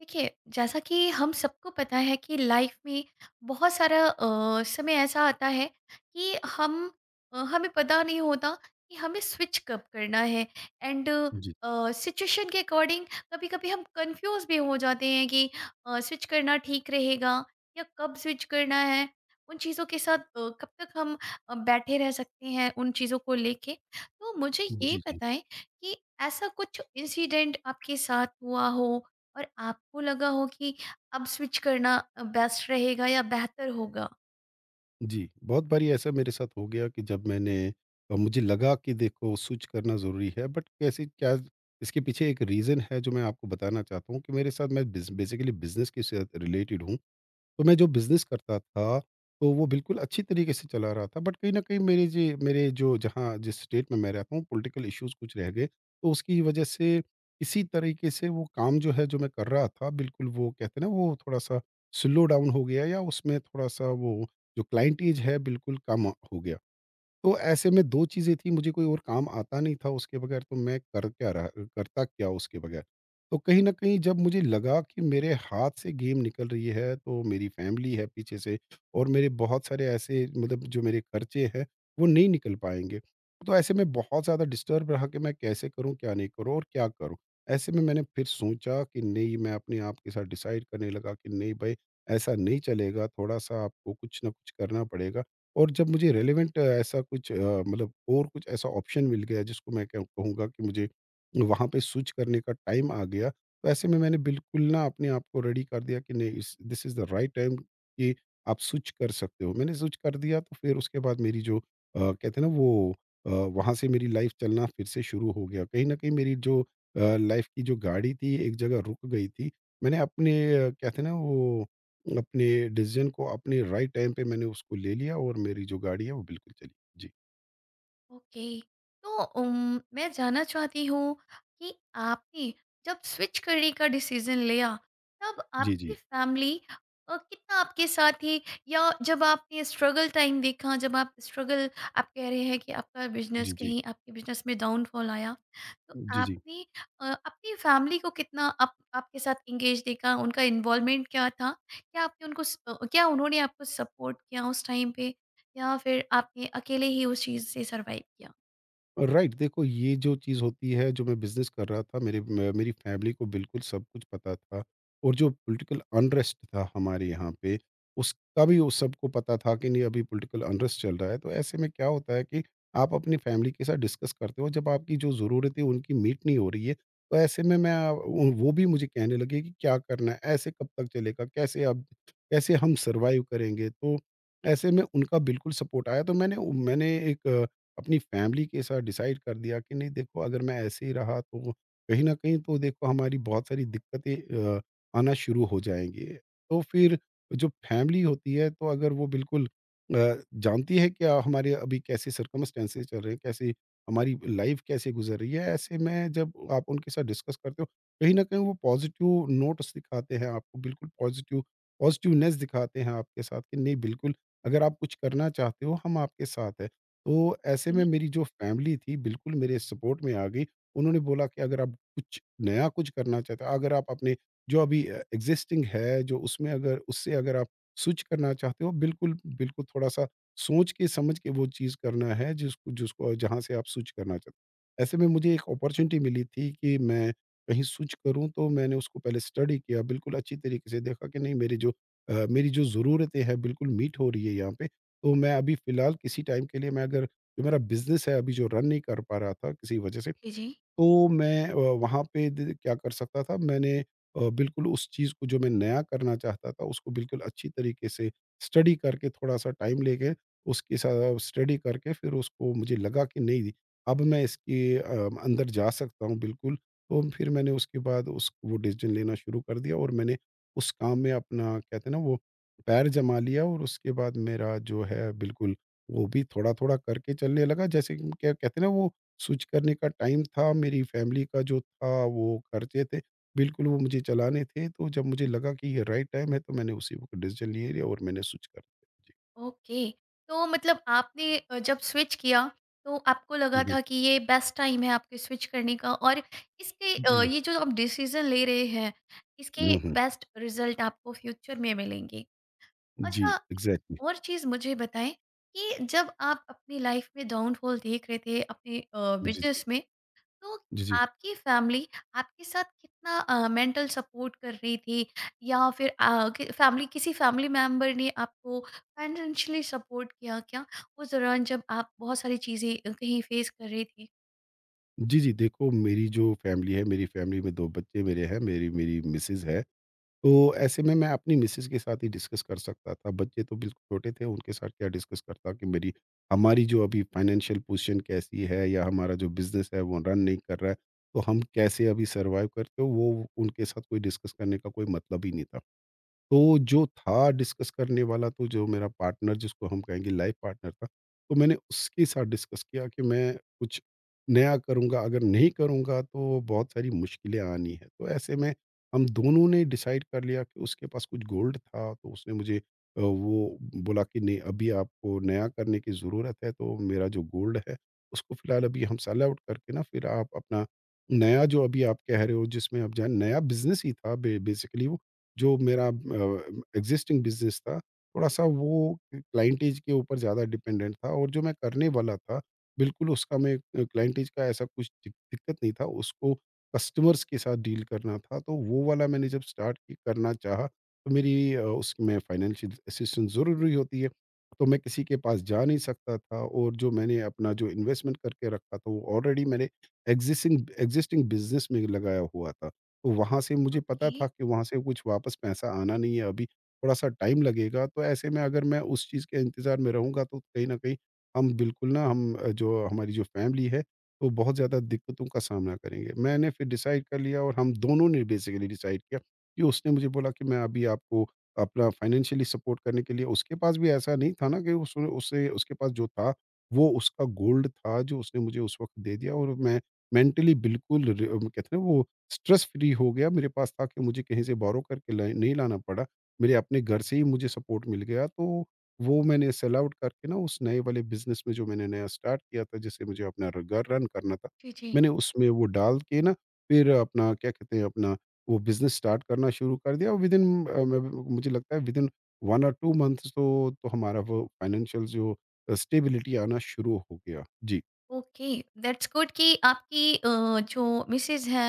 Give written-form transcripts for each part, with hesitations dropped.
देखिए, जैसा कि हम सबको पता है कि लाइफ में बहुत सारा समय ऐसा आता है कि हमें पता नहीं होता कि हमें स्विच कब करना है एंड जी, सिचुएशन के अकॉर्डिंग कभी कभी हम कंफ्यूज भी हो जाते हैं कि स्विच करना ठीक रहेगा या कब स्विच करना है उन चीज़ों के साथ कब तक हम बैठे रह सकते हैं उन चीज़ों को लेके। तो मुझे ये जी, जी। बताएं कि ऐसा कुछ इंसिडेंट आपके साथ हुआ हो और आपको लगा हो कि अब स्विच करना बेस्ट रहेगा या बेहतर होगा। जी, बहुत बारी ऐसा मेरे साथ हो गया कि मुझे लगा कि देखो स्विच करना ज़रूरी है बट कैसे क्या। इसके पीछे एक रीज़न है जो मैं आपको बताना चाहता हूँ कि मेरे साथ, मैं बिज़ बेसिकली बिज़नेस के साथ रिलेटेड हूँ। तो मैं जो बिज़नेस करता था, तो वो बिल्कुल अच्छी तरीके से चला रहा था, बट कहीं न कहीं मेरे जे मेरे जो जहाँ जिस स्टेट में मैं रहता हूँ, पॉलिटिकल इश्यूज़ कुछ रह गए। तो उसकी वजह से इसी तरीके से वो काम जो है जो मैं कर रहा था, बिल्कुल वो कहते हैं ना वो थोड़ा-सा स्लो डाउन हो गया, या उसमें थोड़ा-सा वो जो क्लाइंटेज है बिल्कुल कम हो गया। तो ऐसे में 2 चीज़ें थी, मुझे कोई और काम आता नहीं था उसके बगैर, तो मैं कर क्या रहा, करता क्या उसके बगैर? तो कहीं न कहीं जब मुझे लगा कि मेरे हाथ से गेम निकल रही है, तो मेरी फैमिली है पीछे से, और मेरे बहुत सारे ऐसे मतलब जो मेरे खर्चे हैं, वो नहीं निकल पाएँगे। तो ऐसे में बहुत ज़्यादा डिस्टर्ब रहा कि मैं कैसे करूँ, क्या नहीं करूँ और क्या करूँ? ऐसे में मैंने फिर सोचा कि नहीं, मैं अपने आप के साथ डिसाइड करने लगा कि नहीं भई, ऐसा नहीं चलेगा, थोड़ा-सा आपको कुछ ना कुछ करना पड़ेगा। और जब मुझे रिलेवेंट मतलब और कुछ ऐसा ऑप्शन मिल गया जिसको मैं कहूँगा कि मुझे वहाँ पे स्विच करने का टाइम आ गया, तो ऐसे में मैंने बिल्कुल ना अपने आप को रेडी कर दिया कि नहीं, इस this is the right time कि आप स्विच कर सकते हो। मैंने स्विच कर दिया, तो फिर उसके बाद मेरी जो कहते हैं ना वो वहाँ से मेरी लाइफ़ चलना फिर से शुरू हो गया। कहीं न कहीं मेरी जो लाइफ़ की जो गाड़ी थी, एक जगह रुक गई थी। मैंने अपने कहते हैं ना वो, अपने डिसीज़न को अपने राइट टाइम पे मैंने उसको ले लिया, और मेरी जो गाड़ी है वो बिल्कुल चली। जी। ओके। तो मैं जानना चाहती हूँ कि आपने जब स्विच करने का डिसीजन लिया तब जी, आपकी जी। फैमिली कितना आपके साथ थी, या जब आपने स्ट्रगल टाइम देखा, जब आप स्ट्रगल आप कह रहे हैं कि आपका बिजनेस जी, जी। कहीं आपके बिजनेस में डाउनफॉल आया, तो जी, जी। आपने अपनी फैमिली को कितना आप आपके साथ एंगेज देखा, उनका इन्वॉल्वमेंट क्या था? क्या आपने क्या उन्होंने आपको सपोर्ट किया उस टाइम पे, या फिर आपने अकेले ही उस चीज़ से सर्वाइव किया? राइट, देखो ये जो चीज़ होती है, जो मैं बिज़नेस कर रहा था, मेरी फैमिली को बिल्कुल सब कुछ पता था, और जो पॉलिटिकल अनरेस्ट था हमारे यहाँ पे, उसका भी उस सबको पता था कि नहीं अभी पॉलिटिकल अनरेस्ट चल रहा है। तो ऐसे में क्या होता है कि आप अपनी फैमिली के साथ डिस्कस करते हो, जब आपकी जो ज़रूरतें उनकी मीट नहीं हो रही है, तो ऐसे में मैं वो भी मुझे कहने लगे कि क्या करना है, ऐसे कब तक चलेगा, कैसे आप, कैसे हम सर्वाइव करेंगे। तो ऐसे में उनका बिल्कुल सपोर्ट आया, तो मैंने मैंने एक अपनी फैमिली के साथ डिसाइड कर दिया कि नहीं देखो, अगर मैं ऐसे ही रहा, तो कहीं ना कहीं, तो देखो हमारी बहुत सारी दिक्कतें आना शुरू हो जाएंगी। तो फिर जो फैमिली होती है, तो अगर वो बिल्कुल जानती है क्या हमारे अभी कैसे सर्कमस्टेंसेज चल रहे हैं, कैसे हमारी लाइफ कैसे गुजर रही है, ऐसे में जब आप उनके साथ डिस्कस करते हो, कहीं ना कहीं वो पॉजिटिव नोट्स दिखाते हैं आपको, बिल्कुल पॉजिटिव पॉजिटिवनेस दिखाते हैं आपके साथ कि नहीं बिल्कुल, अगर आप कुछ करना चाहते हो हम आपके साथ हैं। तो ऐसे ओके। में मेरी जो फैमिली थी बिल्कुल मेरे सपोर्ट में आ गई। उन्होंने बोला कि अगर आप कुछ नया कुछ करना चाहते हो, अगर आप अपने जो अभी एग्ज़िस्टिंग है जो, उसमें अगर उससे अगर आप स्विच करना चाहते हो बिल्कुल, बिल्कुल थोड़ा-सा सोच के समझ के वो चीज़ करना है जिसको जिसको जहाँ से आप स्विच करना चाहते हो। ऐसे में मुझे एक अपॉर्च्युनिटी मिली थी कि मैं कहीं स्विच करूँ, तो मैंने उसको पहले स्टडी किया बिल्कुल अच्छी तरीके से, देखा कि नहीं मेरी जो ज़रूरतें हैं बिल्कुल मीट हो रही है यहाँ पे। तो मैं अभी फ़िलहाल किसी टाइम के लिए, मैं अगर जो मेरा बिज़नेस है अभी जो रन नहीं कर पा रहा था किसी वजह से, जी, जी। तो मैं वहाँ पे द क्या कर सकता था, मैंने बिल्कुल उस चीज़ को जो मैं नया करना चाहता था उसको बिल्कुल अच्छी तरीके से स्टडी करके, थोड़ा-सा टाइम लेके उसके साथ स्टडी करके, फिर उसको मुझे लगा कि नहीं अब मैं इसके अंदर जा सकता हूँ बिल्कुल। तो फिर मैंने उसके बाद उस वो डिसीज़न लेना शुरू कर दिया, और मैंने उस काम में अपना, कहते हैं ना वो, पैर जमा लिया, और उसके बाद मेरा जो है बिल्कुल वो भी थोड़ा-थोड़ा करके चलने लगा, जैसे कि क्या कहते हैं ना वो, स्विच करने का टाइम था, मेरी फैमिली का जो था वो खर्चे थे, बिल्कुल वो मुझे चलाने थे, तो जब मुझे लगा कि ये राइट टाइम है, तो मैंने उसी वक़्त डिसीजन ले लिया और मैंने स्विच कर दिया। ओके। तो मतलब आपने जब स्विच किया, तो आपको लगा जी, जी। था कि ये बेस्ट टाइम है आपके स्विच करने का, और इसके जी। ये जो आप डिसीज़न ले रहे हैं, इसके हुँ, हुँ। बेस्ट रिज़ल्ट आपको फ्यूचर में मिलेंगे। जी, अच्छा, एग्ज़ैक्टली। और चीज़ मुझे बताएँ कि जब आप अपनी लाइफ़ में डाउनफॉल देख रहे थे अपने जी, बिज़नेस जी। में, तो जी, जी। आपकी फैमिली आपके साथ कितना मेंटल सपोर्ट कर रही थी, या फिर फैमिली, किसी फैमिली मेंबर ने आपको फाइनेंशियली सपोर्ट किया क्या उस दौरान जब आप बहुत सारी चीज़ें कहीं फेस कर रही थी? जी, जी, देखो मेरी जो फैमिली है, मेरी फैमिली में 2 बच्चे मेरे हैं, मेरी मेरी मिसेज़ है। तो ऐसे में मैं अपनी मिसेस के साथ ही डिस्कस कर सकता था। बच्चे तो बिल्कुल छोटे थे, उनके साथ क्या डिस्कस करता कि मेरी हमारी जो अभी फाइनेंशियल पोज़ीशन कैसी है, या हमारा जो बिज़नेस है वो रन नहीं कर रहा है, तो हम कैसे अभी सर्वाइव करते हो, वो उनके साथ कोई डिस्कस करने का कोई मतलब ही नहीं था। तो जो था डिस्कस करने वाला, तो जो मेरा पार्टनर जिसको हम कहेंगे लाइफ पार्टनर था, तो मैंने उसके साथ डिस्कस किया कि मैं कुछ नया करूँगा, अगर नहीं करूँगा तो बहुत सारी मुश्किलें आनी है। तो ऐसे में हम दोनों ने डिसाइड कर लिया कि उसके पास कुछ गोल्ड था, तो उसने मुझे वो बोला कि नहीं अभी आपको नया करने की ज़रूरत है, तो मेरा जो गोल्ड है उसको फ़िलहाल अभी हम सेल आउट करके ना, फिर आप अपना नया जो अभी आप कह रहे हो जिसमें आप जाएँ, नया बिज़नेस ही था। बे बेसिकली वो जो मेरा एग्ज़िस्टिंग बिज़नेस था, थोड़ा-सा वो क्लाइंटेज के ऊपर ज़्यादा डिपेंडेंट था, और जो मैं करने वाला था, बिल्कुल उसका मैं क्लाइंटेज का ऐसा कुछ दिक्कत नहीं था, उसको कस्टमर्स के साथ डील करना था, तो वो वाला मैंने जब स्टार्ट कि करना चाहा, तो मेरी उसमें फाइनेंशियल असिस्टेंस ज़रूरी होती है, तो मैं किसी के पास जा नहीं सकता था, और जो मैंने अपना जो इन्वेस्टमेंट करके रखा था, वो ऑलरेडी मैंने एग्ज़िसिंग एग्ज़िस्टिंग बिज़नेस में लगाया हुआ था। तो वहाँ से मुझे पता ओके। था कि वहाँ से कुछ वापस पैसा आना नहीं है अभी, थोड़ा-सा टाइम लगेगा। तो ऐसे में अगर मैं उस चीज़ के इंतज़ार में रहूँगा, तो कहीं न कहीं हम बिल्कुल ना, जो हमारी जो फैमिली है, वो बहुत ज़्यादा दिक्कतों का सामना करेंगे। मैंने फिर डिसाइड कर लिया, और हम दोनों ने बेसिकली डिसाइड किया कि उसने मुझे बोला कि मैं अभी आपको अपना फाइनेंशियली सपोर्ट करने के लिए, उसके पास भी ऐसा नहीं था ना, कि उस उसे उसके पास जो था, वो उसका गोल्ड था जो उसने मुझे उस वक़्त दे दिया, और मैं मेंटली बिल्कुल र कहते हैं ना वो स्ट्रेस फ्री हो गया, मेरे पास था कि मुझे कहीं से बोरो करके नहीं लाना पड़ा, मेरे अपने घर से ही मुझे सपोर्ट मिल गया। तो वो मैंने सेल आउट करके ना उस नए वाले बिजनेस में जो मैंने नया स्टार्ट किया था, जिसे मुझे अपना घर रन करना था, जी, जी। मैंने उसमें वो डाल के ना फिर अपना क्या कहते हैं, अपना वो बिजनेस स्टार्ट करना शुरू कर दिया। विद इन मुझे लगता है विद इन 1 और 2 मंथ्स, तो हमारा वो फाइनेंशियल जो स्टेबिलिटी आना शुरू हो गया। जी। ओके। दैट्स गुड कि आपकी जो मिसेज है,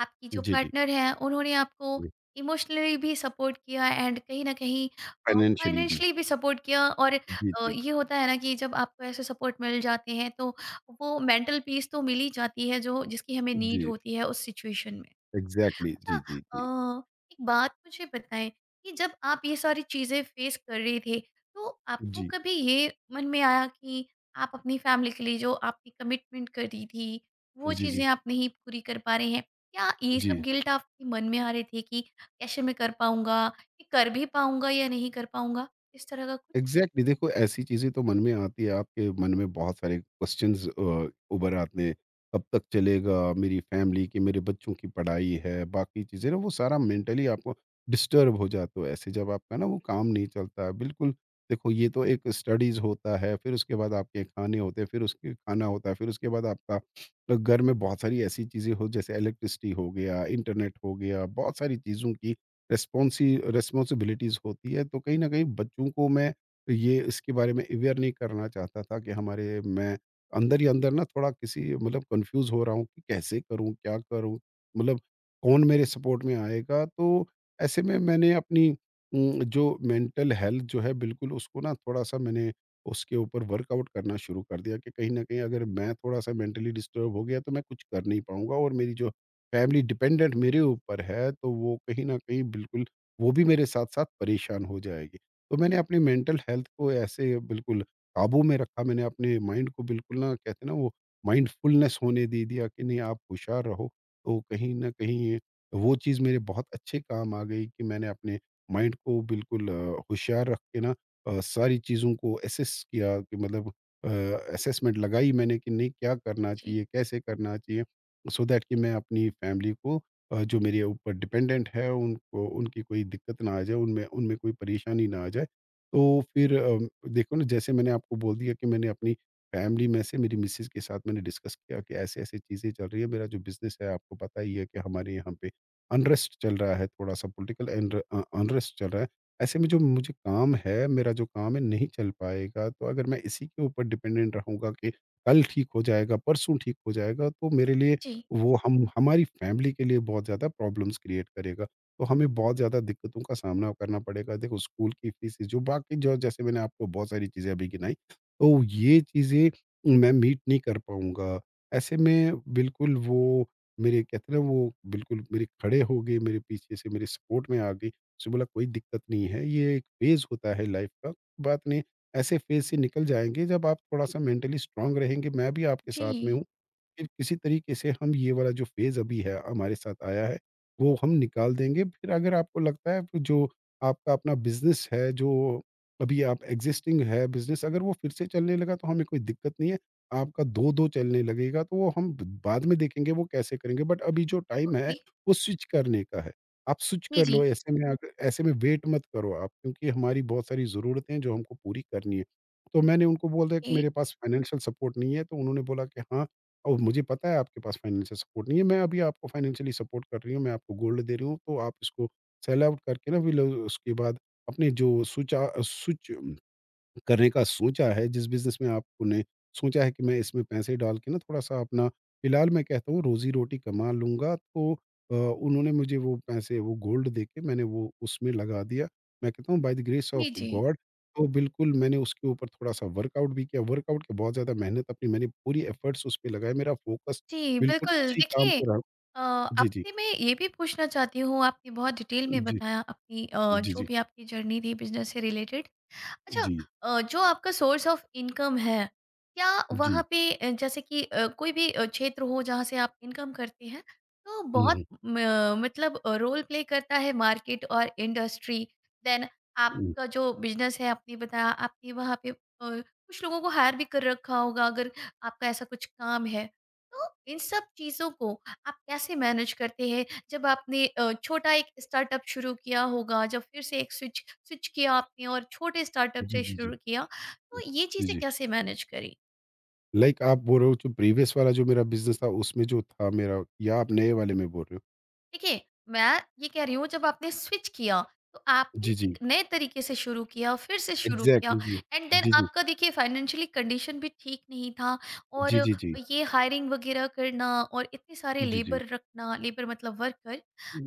आपकी जो जी, जी। पार्टनर है, उन्होंने आपको इमोशनली भी सपोर्ट किया, एंड कहीं ना कहीं फाइनेंशियली भी। फाइनेंशली भी सपोर्ट किया। और जी, जी, ये होता है ना कि जब आपको ऐसे सपोर्ट मिल जाते हैं, तो वो मेंटल पीस तो मिल ही जाती है जो, जिसकी हमें नीड जी। होती है उस सिचुएशन में। Exactly, अच्छा, G G G अ, एक बात मुझे बताएँ कि जब आप ये सारी चीज़ें फ़ेस कर रहे थे, तो आपको G कभी ये मन में आया कि आप अपनी फ़ैमिली के लिए जो आपने कमिटमेंट करी थी, वो G चीज़ें G आप नहीं पूरी कर पा रहे हैं? क्या ये सब G। गिल्ट आपके मन में आ रहे थे कि कैसे मैं कर पाऊँगा? ये कर भी पाऊँगा या नहीं कर पाऊँगा? इस तरह का कुछ? एग्जैक्टली exactly, देखो ऐसी चीज़ें तो मन में आती है। आपके मन में बहुत सारे क्वेश्चंस उभर आते हैं। कब तक चलेगा? मेरी फैमिली की, मेरे बच्चों की पढ़ाई है, बाकी चीज़ें ना, वो सारा मेंटली आपको डिस्टर्ब हो जाता हो ऐसे, जब आपका ना वो काम नहीं चलता है बिल्कुल। देखो, ये तो एक स्टडीज़ होता है, फिर उसके बाद आपके खाने होते हैं, फिर उसके खाना होता है, फिर उसके बाद आपका, तो घर में बहुत सारी ऐसी चीज़ें हो, जैसे इलेक्ट्रिसिटी हो गया, इंटरनेट हो गया, बहुत सारी चीज़ों की रेस्पॉन्सी रेस्पॉन्सिबिलिटीज़ होती है। तो कहीं ना कहीं बच्चों को मैं तो ये इसके बारे में अवेयर नहीं करना चाहता था कि हमारे, मैं अंदर ही अंदर ना थोड़ा किसी मतलब कंफ्यूज हो रहा हूँ कि कैसे करूँ, क्या करूँ, मतलब कौन मेरे सपोर्ट में आएगा? तो ऐसे में मैंने अपनी जो मेंटल हेल्थ जो है बिल्कुल, उसको ना थोड़ा सा मैंने उसके ऊपर वर्कआउट करना शुरू कर दिया कि कहीं ना कहीं अगर मैं थोड़ा सा मेंटली डिस्टर्ब हो गया तो मैं कुछ कर नहीं पाऊंगा, और मेरी जो फैमिली डिपेंडेंट मेरे ऊपर है तो वो कहीं ना कहीं बिल्कुल, वो भी मेरे साथ साथ परेशान हो जाएगी। तो मैंने अपनी मेंटल हेल्थ को ऐसे बिल्कुल काबू में रखा। मैंने अपने माइंड को बिल्कुल ना, कहते हैं ना वो माइंडफुलनेस, होने दे दिया कि नहीं आप होशियार रहो। तो कहीं ना कहीं ये- वो चीज़ मेरे बहुत अच्छे काम आ गई कि मैंने अपने माइंड को बिल्कुल होशियार रख के ना सारी चीज़ों को एसेस किया कि मतलब असेसमेंट लगाई मैंने कि नहीं क्या करना जी, चाहिए, कैसे करना चाहिए, so दैट कि मैं अपनी फैमिली को जो मेरे ऊपर डिपेंडेंट है उनको उनकी कोई दिक्कत ना आ जाए, उनमें उनमें कोई परेशानी ना आ जाए। तो फिर देखो ना, जैसे मैंने आपको बोल दिया कि मैंने अपनी फैमिली में से मेरी मिसेज़ के साथ मैंने डिस्कस किया कि ऐसे-ऐसे चीज़ें चल रही है। मेरा जो बिज़नेस है आपको पता ही है कि हमारे यहाँ पे अनरेस्ट चल रहा है, थोड़ा-सा पॉलिटिकल अनरेस्ट चल रहा है। ऐसे में जो मुझे काम है, मेरा जो काम है नहीं चल पाएगा। तो अगर मैं इसी के ऊपर डिपेंडेंट रहूँगा कि कल ठीक हो जाएगा, परसों ठीक हो जाएगा, तो मेरे लिए, जी। वो हम हमारी फैमिली के लिए बहुत ज़्यादा प्रॉब्लम्स क्रिएट करेगा। तो हमें बहुत ज़्यादा दिक्कतों का सामना करना पड़ेगा। देखो स्कूल की फ़ीसें जो बाकी, जो जैसे मैंने आपको बहुत सारी चीज़ें अभी गिनाई, तो ये चीज़ें मैं मीट नहीं कर पाऊँगा। ऐसे में बिल्कुल वो मेरे, कहते हैं ना वो, बिल्कुल मेरे खड़े हो गए, मेरे पीछे से मेरे सपोर्ट में आ गई। उसने बोला कोई दिक्कत नहीं है, ये एक फ़ेज़ होता है लाइफ़ का, बात नहीं, ऐसे फ़ेज़ से निकल जाएँगे। जब आप थोड़ा-सा मेंटली स्ट्रॉन्ग रहेंगे, मैं भी आपके जी, साथ में जी। हूँ। फिर किसी तरीके से हम ये वाला जो फेज़ अभी है हमारे साथ आया है, वो हम निकाल देंगे। फिर अगर आपको लगता है कि जो आपका अपना बिज़नेस है, जो अभी आप एक्सिस्टिंग है बिज़नेस, अगर वो फिर से चलने लगा तो हमें कोई दिक्कत नहीं है। आपका 2-2 चलने लगेगा तो वो हम बाद में देखेंगे वो कैसे करेंगे। बट अभी जो टाइम ओके। है वो स्विच करने का है। आप स्विच जी, कर जी। लो, ऐसे में अगर ऐसे में वेट मत करो आप, क्योंकि हमारी बहुत सारी ज़रूरतें हैं जो हमको पूरी करनी है। तो मैंने उनको बोल दिया ओके। कि मेरे पास फाइनेंशियल सपोर्ट नहीं है, तो उन्होंने बोला कि हाँ, और मुझे पता है आपके पास फाइनेंशियल सपोर्ट नहीं है, मैं अभी आपको फाइनेंशियली सपोर्ट कर रही हूँ, मैं आपको गोल्ड दे रही हूँ, तो आप इसको सेल आउट करके ना फिर उसके बाद अपने जो स्विच करने का सोचा है, जिस बिज़नेस में आपने सोचा है कि मैं इसमें पैसे डाल के ना थोड़ा-सा अपना फिलहाल मैं कहता हूँ रोज़ी-रोटी कमा लूँगा, तो उन्होंने मुझे वो पैसे, वो गोल्ड देके मैंने वो उसमें लगा दिया। मैं कहता हूँ बाय द ग्रेस ऑफ जी, जी। गॉड तो बिल्कुल मैंने उसके ऊपर थोड़ा-सा वर्कआउट भी किया। वर्कआउट के बहुत ज़्यादा मेहनत अपनी, मैंने पूरी एफ़र्ट्स उस पे लगाए। मेरा फ़ोकस जी, बिल्कुल बिल्कुल। उसी काम देखिए, पे रहा। जी, जी। आपसे मैं ये भी पूछना चाहती हूँ, आपने बहुत डिटेल में जी। बताया अपनी जी, जो जी। भी आपकी जर्नी थी बिज़नेस से रिलेटेड। अच्छा, जी। जो आपका सोर्स ऑफ इनकम है, क्या जी। वहाँ पे जैसे कि कोई भी क्षेत्र हो जहाँ से आप इनकम करते हैं, तो हुँ, बहुत हुँ। मतलब रोल प्ले करता है मार्केट और इंडस्ट्री। देन हुँ। आपका जो बिज़नेस है, आपने बताया आपने वहाँ पे कुछ लोगों को हायर भी कर रखा होगा अगर आपका ऐसा कुछ काम है। तो इन सब चीज़ों को आप कैसे मैनेज करते हैं जब आपने छोटा एक स्टार्टअप शुरू किया होगा, जब फिर से एक स्विच स्विच किया आपने और छोटे स्टार्टअप जी, से जी, जी। शुरू किया, तो ये जी, चीज़ें जी। कैसे मैनेज करी? लाइक, आप बोल रहे हो जो प्रीवियस वाला जो मेरा बिज़नेस था उसमें जो था मेरा, या आप नए वाले में बोल रहे हो? देखिए, मैं ये कह रही हूँ, जब आपने स्विच किया, तो आपने जी, जी। एक नए तरीके से शुरू किया, फिर से शुरू किया। एग्ज़ैक्टली जी। एंड देन जी, जी। आपका, देखिए, फाइनेंशियली कंडीशन भी ठीक नहीं था, और जी, जी, जी। ये हायरिंग वगैरह करना और इतने सारे जी, जी। लेबर रखना, लेबर मतलब वर्कर,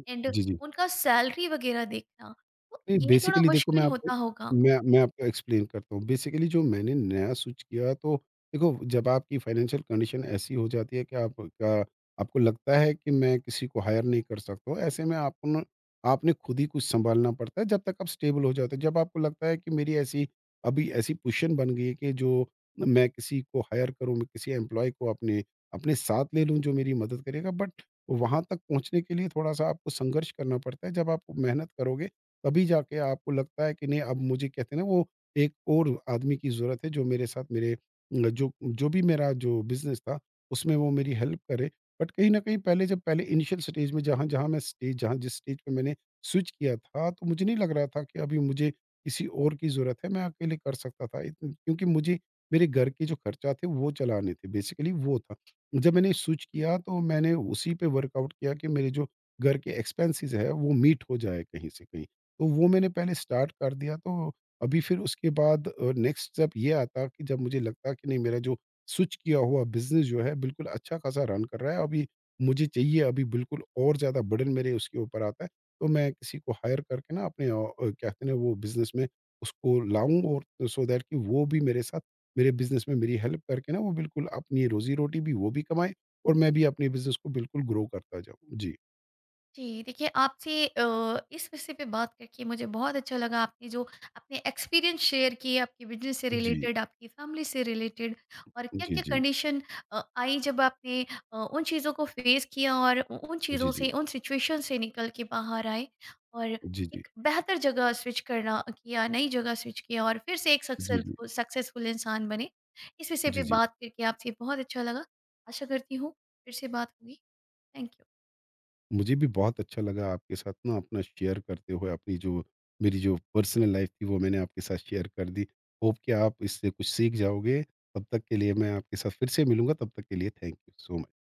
एंड जी, जी। उनका सैलरी वगैरह देखना, तो नहीं, ये थोड़ा बेसिकली देखो मैं मुश्किल आपको, होता होगा। मैं आपको एक्सप्लेन करता हूँ। बेसिकली जो मैंने नया स्विच किया, तो देखो जब आपकी फाइनेंशियल कंडीशन ऐसी हो जाती है कि आपका, आपको लगता है कि मैं किसी को हायर नहीं कर सकता हूँ। ऐसे में आपन, आपने खुद ही कुछ सँभालना पड़ता है जब तक आप स्टेबल हो जाते हो। जब आपको लगता है कि मेरी ऐसी, अभी ऐसी पोज़ीशन बन गई है कि जो मैं किसी को हायर करूँ, मैं किसी एम्प्लॉयी को अपने अपने साथ ले लूँ जो मेरी मदद करेगा, बट वहाँ तक पहुँचने के लिए थोड़ा-सा आपको संघर्ष करना पड़ता है। जब आप मेहनत करोगे, तभी जाके आपको लगता है कि नहीं, अब मुझे कहते हैं ना वो एक और आदमी की ज़रूरत है जो मेरे साथ मेरे न, जो जो भी मेरा जो बिज़नेस था उसमें वो मेरी हेल्प करे। बट कहीं न कहीं पहले, जब पहले इनिशियल स्टेज में जहाँ जहाँ मैं स्टेज जहाँ जिस स्टेज पे मैंने स्विच किया था, तो मुझे नहीं लग रहा था कि अभी मुझे किसी और की ज़रूरत है, मैं अकेले कर सकता था। इत क्योंकि मुझे मेरे घर के जो खर्चा थे वो चलाने थे, बेसिकली वो था। जब मैंने स्विच किया तो मैंने उसी पे वर्कआउट किया कि मेरे जो घर के एक्सपेंसेस है वो मीट हो जाए कहीं से कहीं। तो वो मैंने पहले स्टार्ट कर दिया। तो अभी फिर उसके बाद नेक्स्ट स्टेप ये आता कि जब मुझे लगता कि नहीं मेरा जो स्विच किया हुआ बिज़नेस जो है बिल्कुल अच्छा खासा रन कर रहा है, अभी मुझे चाहिए, अभी बिल्कुल और ज़्यादा बर्डन मेरे उसके ऊपर आता है, तो मैं किसी को हायर करके ना अपने क्या कहते हैं ना, वो बिज़नेस में उसको लाऊँ, और सो दैट कि वो भी मेरे साथ मेरे बिज़नेस में मेरी हेल्प करके ना वो बिल्कुल अपनी रोज़ी-रोटी भी वो भी कमाएँ, और मैं भी अपने बिज़नेस को बिल्कुल ग्रो करता जाऊँ। जी। जी, देखिए आपसे इस विषय पे बात करके मुझे बहुत अच्छा लगा। आपने जो अपने एक्सपीरियंस शेयर किए, आपके बिज़नेस से जी। रिलेटेड, आपकी फ़ैमिली से रिलेटेड, और जी, क्या-क्या जी। कंडीशन आई जब आपने उन चीज़ों को फ़ेस किया, और उ उन जी, चीज़ों जी। से, उन सिचुएशन से निकल के बाहर आए, और जी, जी। एक बेहतर जगह स्विच करना किया, नई जगह स्विच किया, और फिर से एक जी, जी। जी, जी। सक्सेलफुल सक्सेसफुल इंसान बने। इस विषय पे जी, जी। बात करके आपसे बहुत अच्छा लगा। आशा करती हूँ फिर से बात होगी। Thank you. मुझे भी बहुत अच्छा लगा आपके साथ ना अपना शेयर करते हुए, अपनी जो मेरी जो पर्सनल लाइफ़ थी वो मैंने आपके साथ शेयर कर दी। होप कि आप इससे कुछ सीख जाओगे। तब तक के लिए मैं आपके साथ फिर से मिलूँगा, तब तक के लिए थैंक यू सो मच।